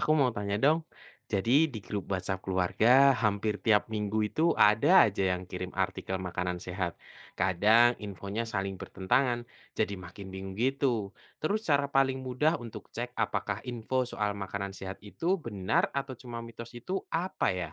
Aku mau tanya dong, jadi di grup WhatsApp keluarga hampir tiap minggu itu ada aja yang kirim artikel makanan sehat. Kadang infonya saling bertentangan, jadi makin bingung gitu. Terus cara paling mudah untuk cek apakah info soal makanan sehat itu benar atau cuma mitos itu apa ya?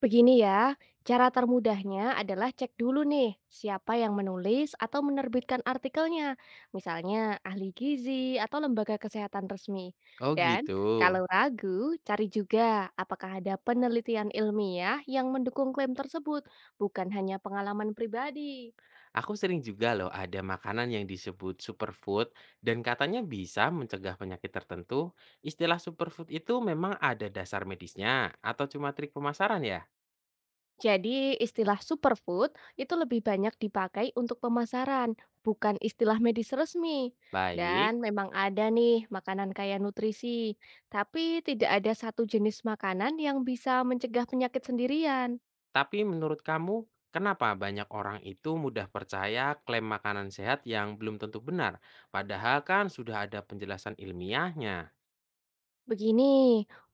Begini ya, cara termudahnya adalah cek dulu nih siapa yang menulis atau menerbitkan artikelnya, misalnya ahli gizi atau lembaga kesehatan resmi. Oh Dan gitu. kalau ragu, cari juga apakah ada penelitian ilmiah yang mendukung klaim tersebut, bukan hanya pengalaman pribadi. Aku sering juga loh ada makanan yang disebut superfood dan katanya bisa mencegah penyakit tertentu. Istilah superfood itu memang ada dasar medisnya atau cuma trik pemasaran ya? Jadi istilah superfood itu lebih banyak dipakai untuk pemasaran, bukan istilah medis resmi. Baik, Dan memang ada nih makanan kaya nutrisi, tapi tidak ada satu jenis makanan yang bisa mencegah penyakit sendirian. tapi menurut kamu kenapa banyak orang itu mudah percaya klaim makanan sehat yang belum tentu benar? Padahal kan sudah ada penjelasan ilmiahnya. Begini,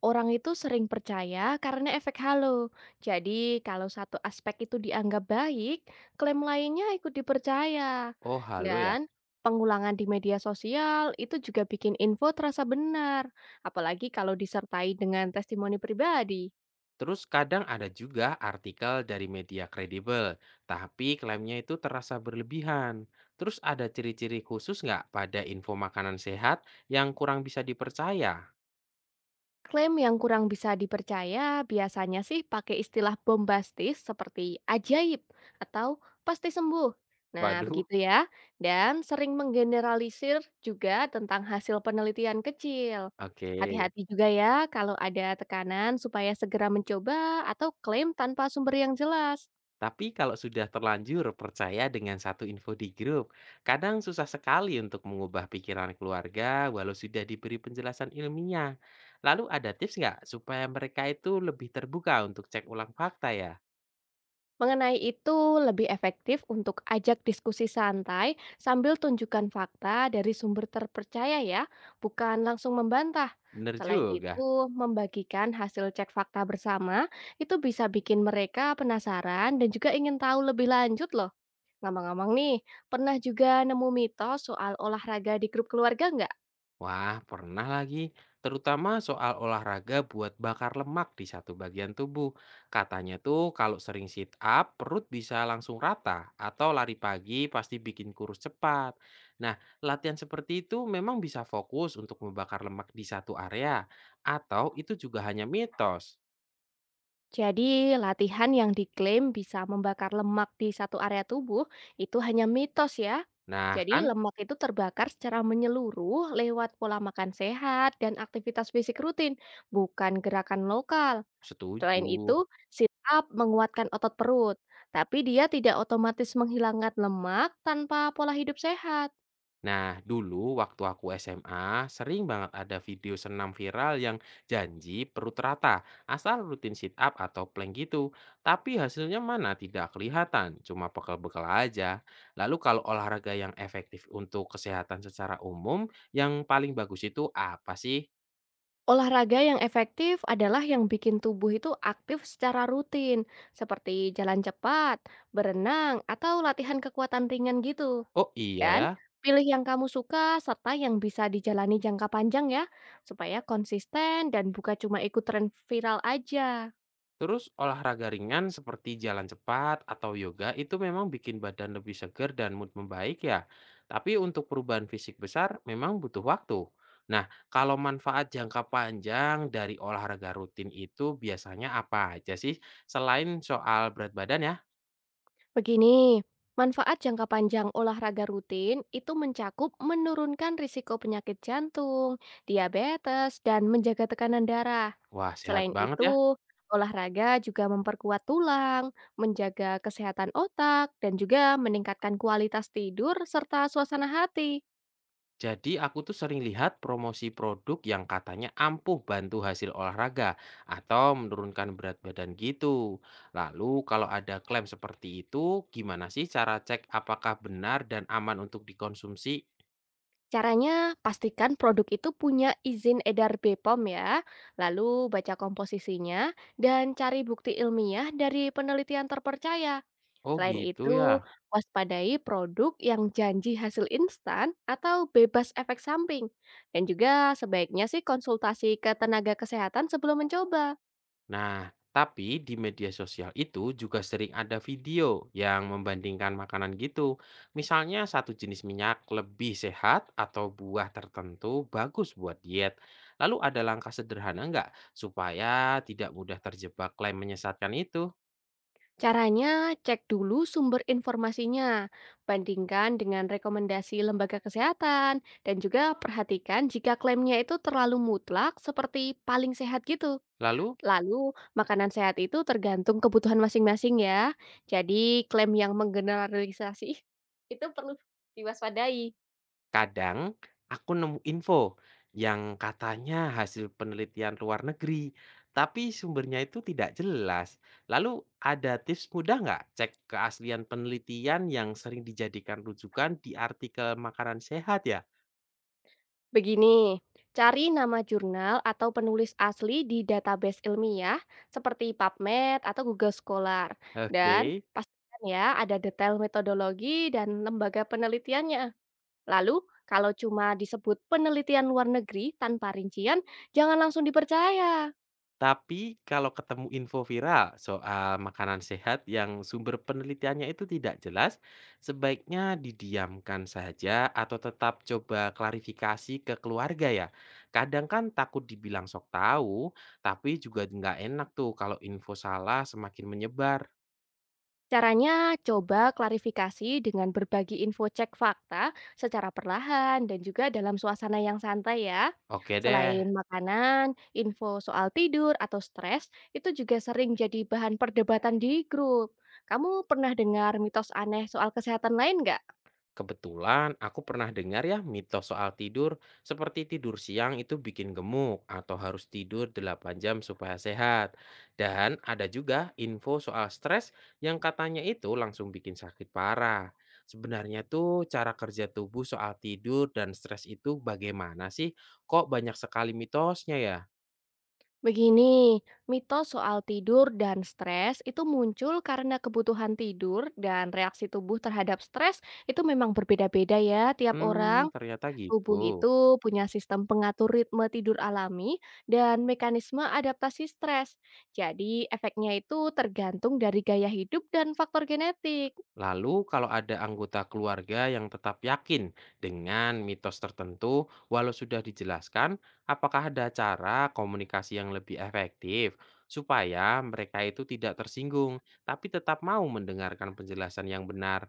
orang itu sering percaya karena efek halo. Jadi, kalau satu aspek itu dianggap baik, klaim lainnya ikut dipercaya. Oh, halo ya. Dan pengulangan di media sosial itu juga bikin info terasa benar, apalagi kalau disertai dengan testimoni pribadi. Terus kadang ada juga artikel dari media kredibel, tapi klaimnya itu terasa berlebihan. Terus ada ciri-ciri khusus nggak pada info makanan sehat yang kurang bisa dipercaya? Klaim yang kurang bisa dipercaya biasanya sih pakai istilah bombastis seperti ajaib atau pasti sembuh. Nah, Waduh, begitu ya. Dan sering menggeneralisir juga tentang hasil penelitian kecil. oke. Hati-hati juga ya kalau ada tekanan supaya segera mencoba atau klaim tanpa sumber yang jelas. Tapi kalau sudah terlanjur percaya dengan satu info di grup, kadang susah sekali untuk mengubah pikiran keluarga walau sudah diberi penjelasan ilmiah. Lalu ada tips nggak supaya mereka itu lebih terbuka untuk cek ulang fakta ya? Mengenai itu, lebih efektif untuk ajak diskusi santai sambil tunjukkan fakta dari sumber terpercaya ya, bukan langsung membantah. Bener Selain juga. itu, membagikan hasil cek fakta bersama itu bisa bikin mereka penasaran dan juga ingin tahu lebih lanjut loh. Ngomong-ngomong nih, pernah juga nemu mitos soal olahraga di grup keluarga nggak? Wah, pernah lagi. Terutama soal olahraga buat bakar lemak di satu bagian tubuh. Katanya tuh kalau sering sit up, perut bisa langsung rata. Atau lari pagi pasti bikin kurus cepat. Nah, latihan seperti itu memang bisa fokus untuk membakar lemak di satu area. Atau itu juga hanya mitos. Jadi, latihan yang diklaim bisa membakar lemak di satu area tubuh itu hanya mitos ya. Nah, Jadi, kan lemak itu terbakar secara menyeluruh lewat pola makan sehat dan aktivitas fisik rutin, bukan gerakan lokal. Selain setuju. itu, sit up menguatkan otot perut, tapi dia tidak otomatis menghilangkan lemak tanpa pola hidup sehat. Nah, dulu waktu aku SMA, sering banget ada video senam viral yang janji perut rata, asal rutin sit up atau plank gitu. Tapi hasilnya mana tidak kelihatan, cuma bekal bekal aja. Lalu kalau olahraga yang efektif untuk kesehatan secara umum, yang paling bagus itu apa sih? Olahraga yang efektif adalah yang bikin tubuh itu aktif secara rutin, seperti jalan cepat, berenang, atau latihan kekuatan ringan gitu. Oh iya ya, Dan pilih yang kamu suka serta yang bisa dijalani jangka panjang ya, supaya konsisten dan bukan cuma ikut tren viral aja. terus olahraga ringan seperti jalan cepat atau yoga itu memang bikin badan lebih segar dan mood membaik ya. Tapi untuk perubahan fisik besar memang butuh waktu. Nah, kalau manfaat jangka panjang dari olahraga rutin itu biasanya apa aja sih selain soal berat badan ya? Begini, manfaat jangka panjang olahraga rutin itu mencakup menurunkan risiko penyakit jantung, diabetes, dan menjaga tekanan darah. Wah, sehat Selain banget ya. itu, olahraga juga memperkuat tulang, menjaga kesehatan otak, dan juga meningkatkan kualitas tidur serta suasana hati. Jadi aku tuh sering lihat promosi produk yang katanya ampuh bantu hasil olahraga atau menurunkan berat badan gitu. Lalu kalau ada klaim seperti itu, gimana sih cara cek apakah benar dan aman untuk dikonsumsi? Caranya, pastikan produk itu punya izin edar BPOM ya, lalu baca komposisinya, dan cari bukti ilmiah dari penelitian terpercaya. Oh Selain gitu ya. itu, waspadai produk yang janji hasil instan atau bebas efek samping. Dan juga sebaiknya sih konsultasi ke tenaga kesehatan sebelum mencoba. Nah, tapi di media sosial itu juga sering ada video yang membandingkan makanan gitu. Misalnya satu jenis minyak lebih sehat atau buah tertentu bagus buat diet. Lalu ada langkah sederhana nggak supaya tidak mudah terjebak klaim menyesatkan itu? Caranya, cek dulu sumber informasinya, bandingkan dengan rekomendasi lembaga kesehatan, dan juga perhatikan jika klaimnya itu terlalu mutlak seperti paling sehat gitu. Lalu Lalu, makanan sehat itu tergantung kebutuhan masing-masing ya. Jadi, klaim yang menggeneralisasi itu perlu diwaspadai. kadang aku nemu info yang katanya hasil penelitian luar negeri, tapi sumbernya itu tidak jelas. Lalu ada tips mudah nggak cek keaslian penelitian yang sering dijadikan rujukan di artikel makanan sehat ya? Begini, cari nama jurnal atau penulis asli di database ilmiah seperti PubMed atau Google Scholar dan Oke. pastikan ya ada detail metodologi dan lembaga penelitiannya. Lalu, kalau cuma disebut penelitian luar negeri tanpa rincian, jangan langsung dipercaya. Tapi kalau ketemu info viral soal makanan sehat yang sumber penelitiannya itu tidak jelas, sebaiknya didiamkan saja atau tetap coba klarifikasi ke keluarga ya. Kadang kan takut dibilang sok tahu, tapi juga nggak enak tuh kalau info salah semakin menyebar. Caranya coba klarifikasi dengan berbagi info cek fakta secara perlahan dan juga dalam suasana yang santai ya. Oke deh, Selain makanan, info soal tidur atau stres itu juga sering jadi bahan perdebatan di grup. Kamu pernah dengar mitos aneh soal kesehatan lain nggak? kebetulan aku pernah dengar ya mitos soal tidur, seperti tidur siang itu bikin gemuk atau harus tidur 8 jam supaya sehat. Dan ada juga info soal stres yang katanya itu langsung bikin sakit parah. Sebenarnya tuh cara kerja tubuh soal tidur dan stres itu bagaimana sih? Kok banyak sekali mitosnya ya? Begini, mitos soal tidur dan stres itu muncul karena kebutuhan tidur dan reaksi tubuh terhadap stres itu memang berbeda-beda ya tiap Hmm, orang. ternyata gitu. Tubuh itu punya sistem pengatur ritme tidur alami dan mekanisme adaptasi stres. Jadi, efeknya itu tergantung dari gaya hidup dan faktor genetik. Lalu, kalau ada anggota keluarga yang tetap yakin dengan mitos tertentu, walau sudah dijelaskan, apakah ada cara komunikasi yang lebih efektif supaya mereka itu tidak tersinggung, tapi tetap mau mendengarkan penjelasan yang benar?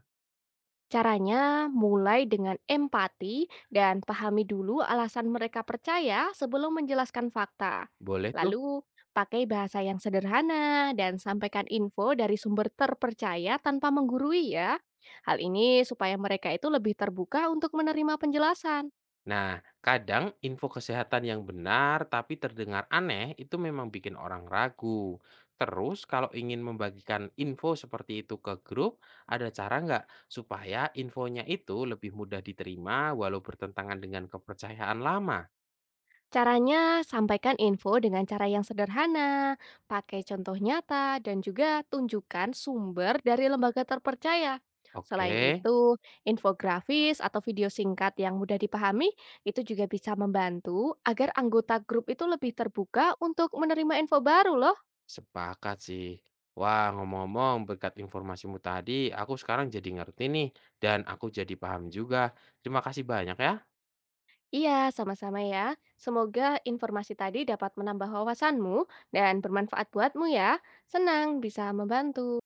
Caranya mulai dengan empati dan pahami dulu alasan mereka percaya sebelum menjelaskan fakta. Boleh tuh. Lalu, pakai bahasa yang sederhana dan sampaikan info dari sumber terpercaya tanpa menggurui ya. Hal ini supaya mereka itu lebih terbuka untuk menerima penjelasan. Nah, kadang info kesehatan yang benar tapi terdengar aneh itu memang bikin orang ragu. Terus kalau ingin membagikan info seperti itu ke grup, ada cara nggak supaya infonya itu lebih mudah diterima walau bertentangan dengan kepercayaan lama? Caranya, sampaikan info dengan cara yang sederhana, pakai contoh nyata, dan juga tunjukkan sumber dari lembaga terpercaya. Selain Oke, itu, infografis atau video singkat yang mudah dipahami itu juga bisa membantu agar anggota grup itu lebih terbuka untuk menerima info baru loh. sepakat sih. Wah, ngomong-ngomong, berkat informasimu tadi, aku sekarang jadi ngerti nih, dan aku jadi paham juga. Terima kasih banyak ya. Iya, sama-sama ya. Semoga informasi tadi dapat menambah wawasanmu dan bermanfaat buatmu ya. Senang bisa membantu.